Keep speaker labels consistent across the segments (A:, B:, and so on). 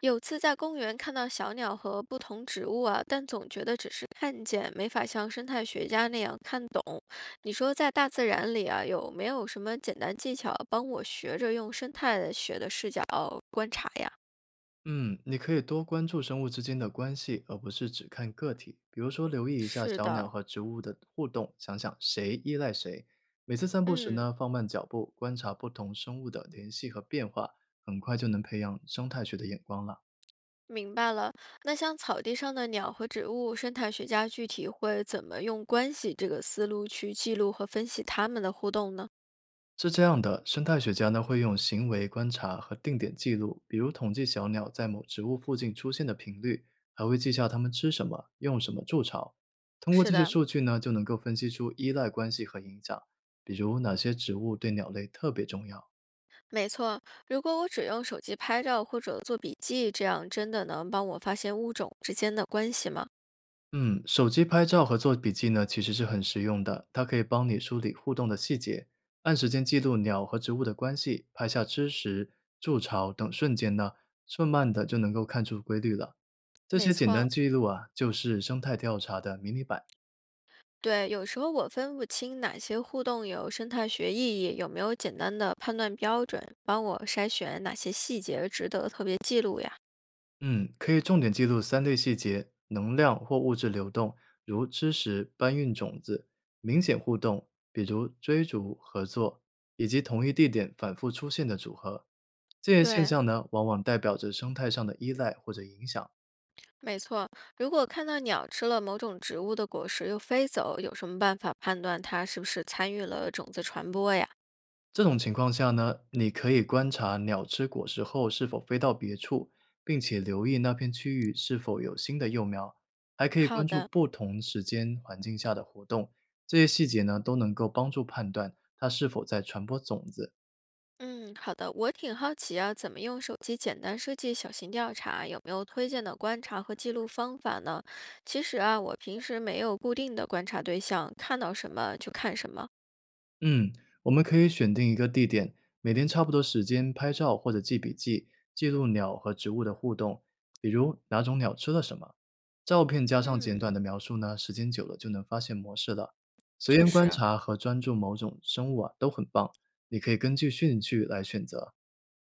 A: 有次在公园看到小鸟和不同植物啊，但总觉得只是看见，没法像生态学家那样看懂。你说在大自然里啊，有没有什么简单技巧帮我学着用生态学的视角观察呀？
B: 嗯，你可以多关注生物之间的关系，而不是只看个体。比如说，留意一下
A: 是
B: 小鸟
A: 的，
B: 和植物的互动，想想谁依赖谁。每次散步时
A: 嗯，
B: 呢，放慢脚步，观察不同生物的联系和变化，很快就能培养生态学的眼光了。
A: 明白了。那像草地上的鸟和植物，生态学家具体会怎么用关系这个思路去记录和分析它们的互动呢？
B: 是这样的，生态学家呢会用行为观察和定点记录，比如统计小鸟在某植物附近出现的频率，还会记下它们吃什么、用什么筑巢。通过
A: 是
B: 这些
A: 的，
B: 数据呢，就能够分析出依赖关系和影响，比如哪些植物对鸟类特别重要。
A: 没错，如果我只用手机拍照或者做笔记，这样真的能帮我发现物种之间的关系吗？
B: 嗯，手机拍照和做笔记呢，其实是很实用的。它可以帮你梳理互动的细节，按时间记录鸟和植物的关系，拍下吃食、筑巢等瞬间呢，慢慢的就能够看出规律了。这
A: 没
B: 些简单
A: 错，
B: 记录啊，就是生态调查的迷你版。
A: 对，有时候我分不清哪些互动有生态学意义，有没有简单的判断标准，帮我筛选哪些细节值得特别记录呀？
B: 嗯，可以重点记录三类细节：能量或物质流动，如知识搬运种子；明显互动，比如追逐、合作，以及同一地点反复出现的组合。这些现
A: 对，
B: 象呢，往往代表着生态上的依赖或者影响。
A: 没错，如果看到鸟吃了某种植物的果实又飞走，有什么办法判断它是不是参与了种子传播呀？
B: 这种情况下呢，你可以观察鸟吃果实后是否飞到别处，并且留意那片区域是否有新的幼苗，还可以
A: 好
B: 关注
A: 的。
B: 不同时间环境下的活动，这些细节呢都能够帮助判断它是否在传播种子。
A: 嗯，好的，我挺好奇啊，怎么用手机简单设计小型调查？有没有推荐的观察和记录方法呢？其实啊，我平时没有固定的观察对象，看到什么就看什么。
B: 嗯，我们可以选定一个地点，每天差不多时间拍照或者记笔记，记录鸟和植物的互动，比如哪种鸟吃了什么。照片加上简
A: 嗯，
B: 短的描述呢，时间久了就能发现模式了。随
A: 确
B: 缘观
A: 实，
B: 察和专注某种生物啊，都很棒。你可以根据兴趣来选择。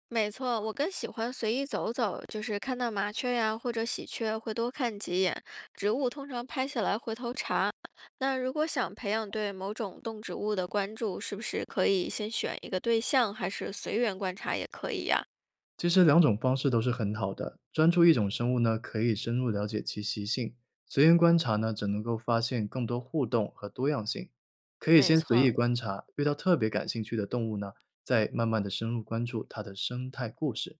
A: 没错，我更喜欢随意走走，就是看到麻雀呀或者喜鹊会多看几眼。植物通常拍下来回头查。那如果想培养对某种动植物的关注，是不是可以先选一个对象，还是随缘观察也可以呀？
B: 其实两种方式都是很好的。专注一种生物呢，可以深入了解其习性；随缘观察呢，只能够发现更多互动和多样性。可以
A: 没
B: 先随意
A: 错，
B: 观察，遇到特别感兴趣的动物呢，再慢慢的深入关注它的生态故事。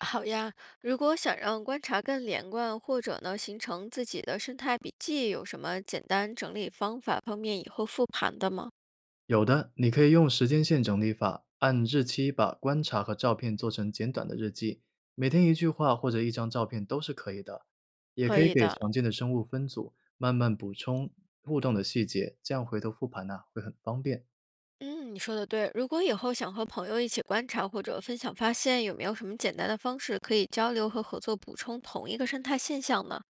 A: 好呀，如果想让观察更连贯，或者呢形成自己的生态笔记，有什么简单整理方法，方便以后复盘的吗？
B: 有的，你可以用时间线整理法，按日期把观察和照片做成简短的日记，每天一句话或者一张照片都是可以的。也
A: 可
B: 可以
A: 以
B: 给
A: 的，
B: 常见的生物分组，慢慢补充互动的细节，这样回头复盘呢、会很方便。
A: 嗯，你说的对。如果以后想和朋友一起观察或者分享发现，有没有什么简单的方式可以交流和合作补充同一个生态现象呢？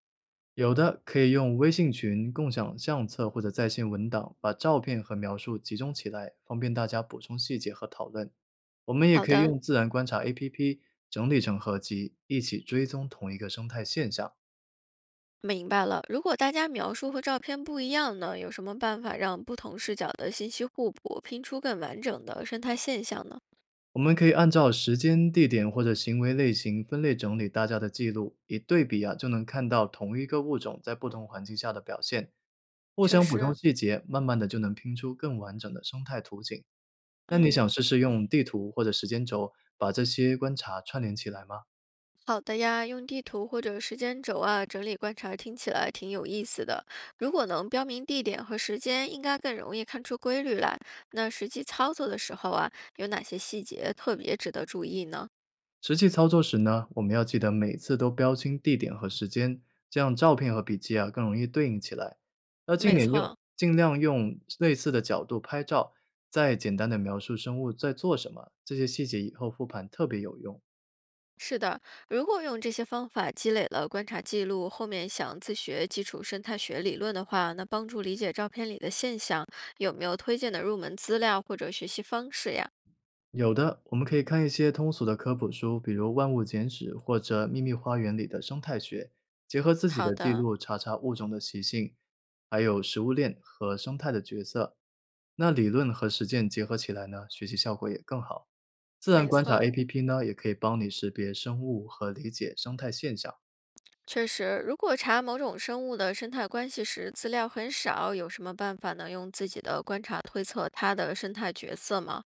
B: 有的可以用微信群共享相册或者在线文档，把照片和描述集中起来，方便大家补充细节和讨论。我们也
A: 好
B: 可以
A: 的，
B: 用自然观察 APP 整理成合集，一起追踪同一个生态现象。
A: 明白了。如果大家描述和照片不一样呢，有什么办法让不同视角的信息互补，拼出更完整的生态现象呢？
B: 我们可以按照时间、地点或者行为类型分类整理大家的记录，一对比啊，就能看到同一个物种在不同环境下的表现，互
A: 确
B: 相补
A: 实。
B: 充细节，慢慢的就能拼出更完整的生态图景。那你想
A: 嗯，
B: 试试用地图或者时间轴把这些观察串联起来吗？
A: 好的呀，用地图或者时间轴啊整理观察，听起来挺有意思的。如果能标明地点和时间，应该更容易看出规律来。那实际操作的时候啊，有哪些细节特别值得注意呢？
B: 实际操作时呢，我们要记得每次都标清地点和时间，这样照片和笔记啊更容易对应起来。要尽嗯
A: 没
B: 点用，
A: 错，
B: 尽量用类似的角度拍照，再简单的描述生物在做什么，这些细节以后复盘特别有用。
A: 是的。如果用这些方法积累了观察记录，后面想自学基础生态学理论的话，那帮助理解照片里的现象，有没有推荐的入门资料或者学习方式呀？
B: 有的，我们可以看一些通俗的科普书，比如《万物简史》或者《秘密花园》里的生态学，结合自己
A: 好
B: 的记
A: 的，
B: 录查查物种的习性，还有食物链和生态的角色。那理论和实践结合起来呢，学习效果也更好。自然
A: 没
B: 观察
A: 错。
B: APP 呢，也可以帮你识别生物和理解生态现象。
A: 确实，如果查某种生物的生态关系时资料很少，有什么办法能用自己的观察推测它的生态角色吗？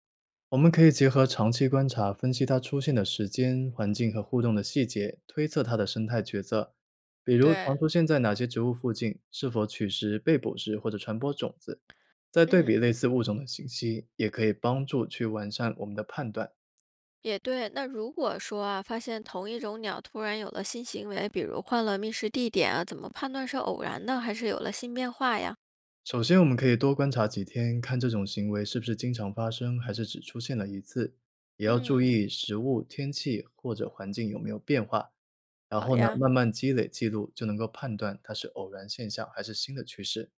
B: 我们可以结合长期观察，分析它出现的时间、环境和互动的细节，推测它的生态角色，比如常
A: 对，
B: 出现在哪些植物附近，是否取食、被捕食或者传播种子。再对比
A: 嗯，
B: 类似物种的信息，也可以帮助去完善我们的判断。
A: 也对。那如果说啊，发现同一种鸟突然有了新行为，比如换了觅食地点啊，怎么判断是偶然呢，还是有了新变化呀？
B: 首先，我们可以多观察几天，看这种行为是不是经常发生，还是只出现了一次。也要注
A: 嗯，
B: 意食物、天气或者环境有没有变化。然
A: 好
B: 后呢，
A: 呀，
B: 慢慢积累记录，就能够判断它是偶然现象还是新的趋势。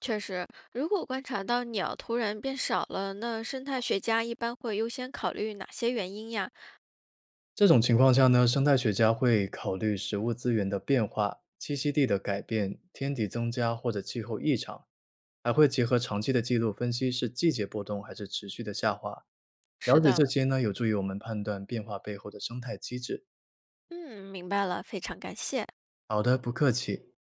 A: 确实，如果观察到鸟突然变少了，那生态学家一般会优先考虑哪些原因呀？
B: 这种情况下呢，生态学家会考虑食物资源的变化、栖息地的改变、天敌增加或者气候异常，还会结合长期的记录分析是季节波动还是持续的下滑。了
A: 是
B: 解
A: 的。
B: 这些呢，有助于我们判断变化背后的生态机制。
A: 嗯，明白了，非常感谢。
B: 好的，不客气。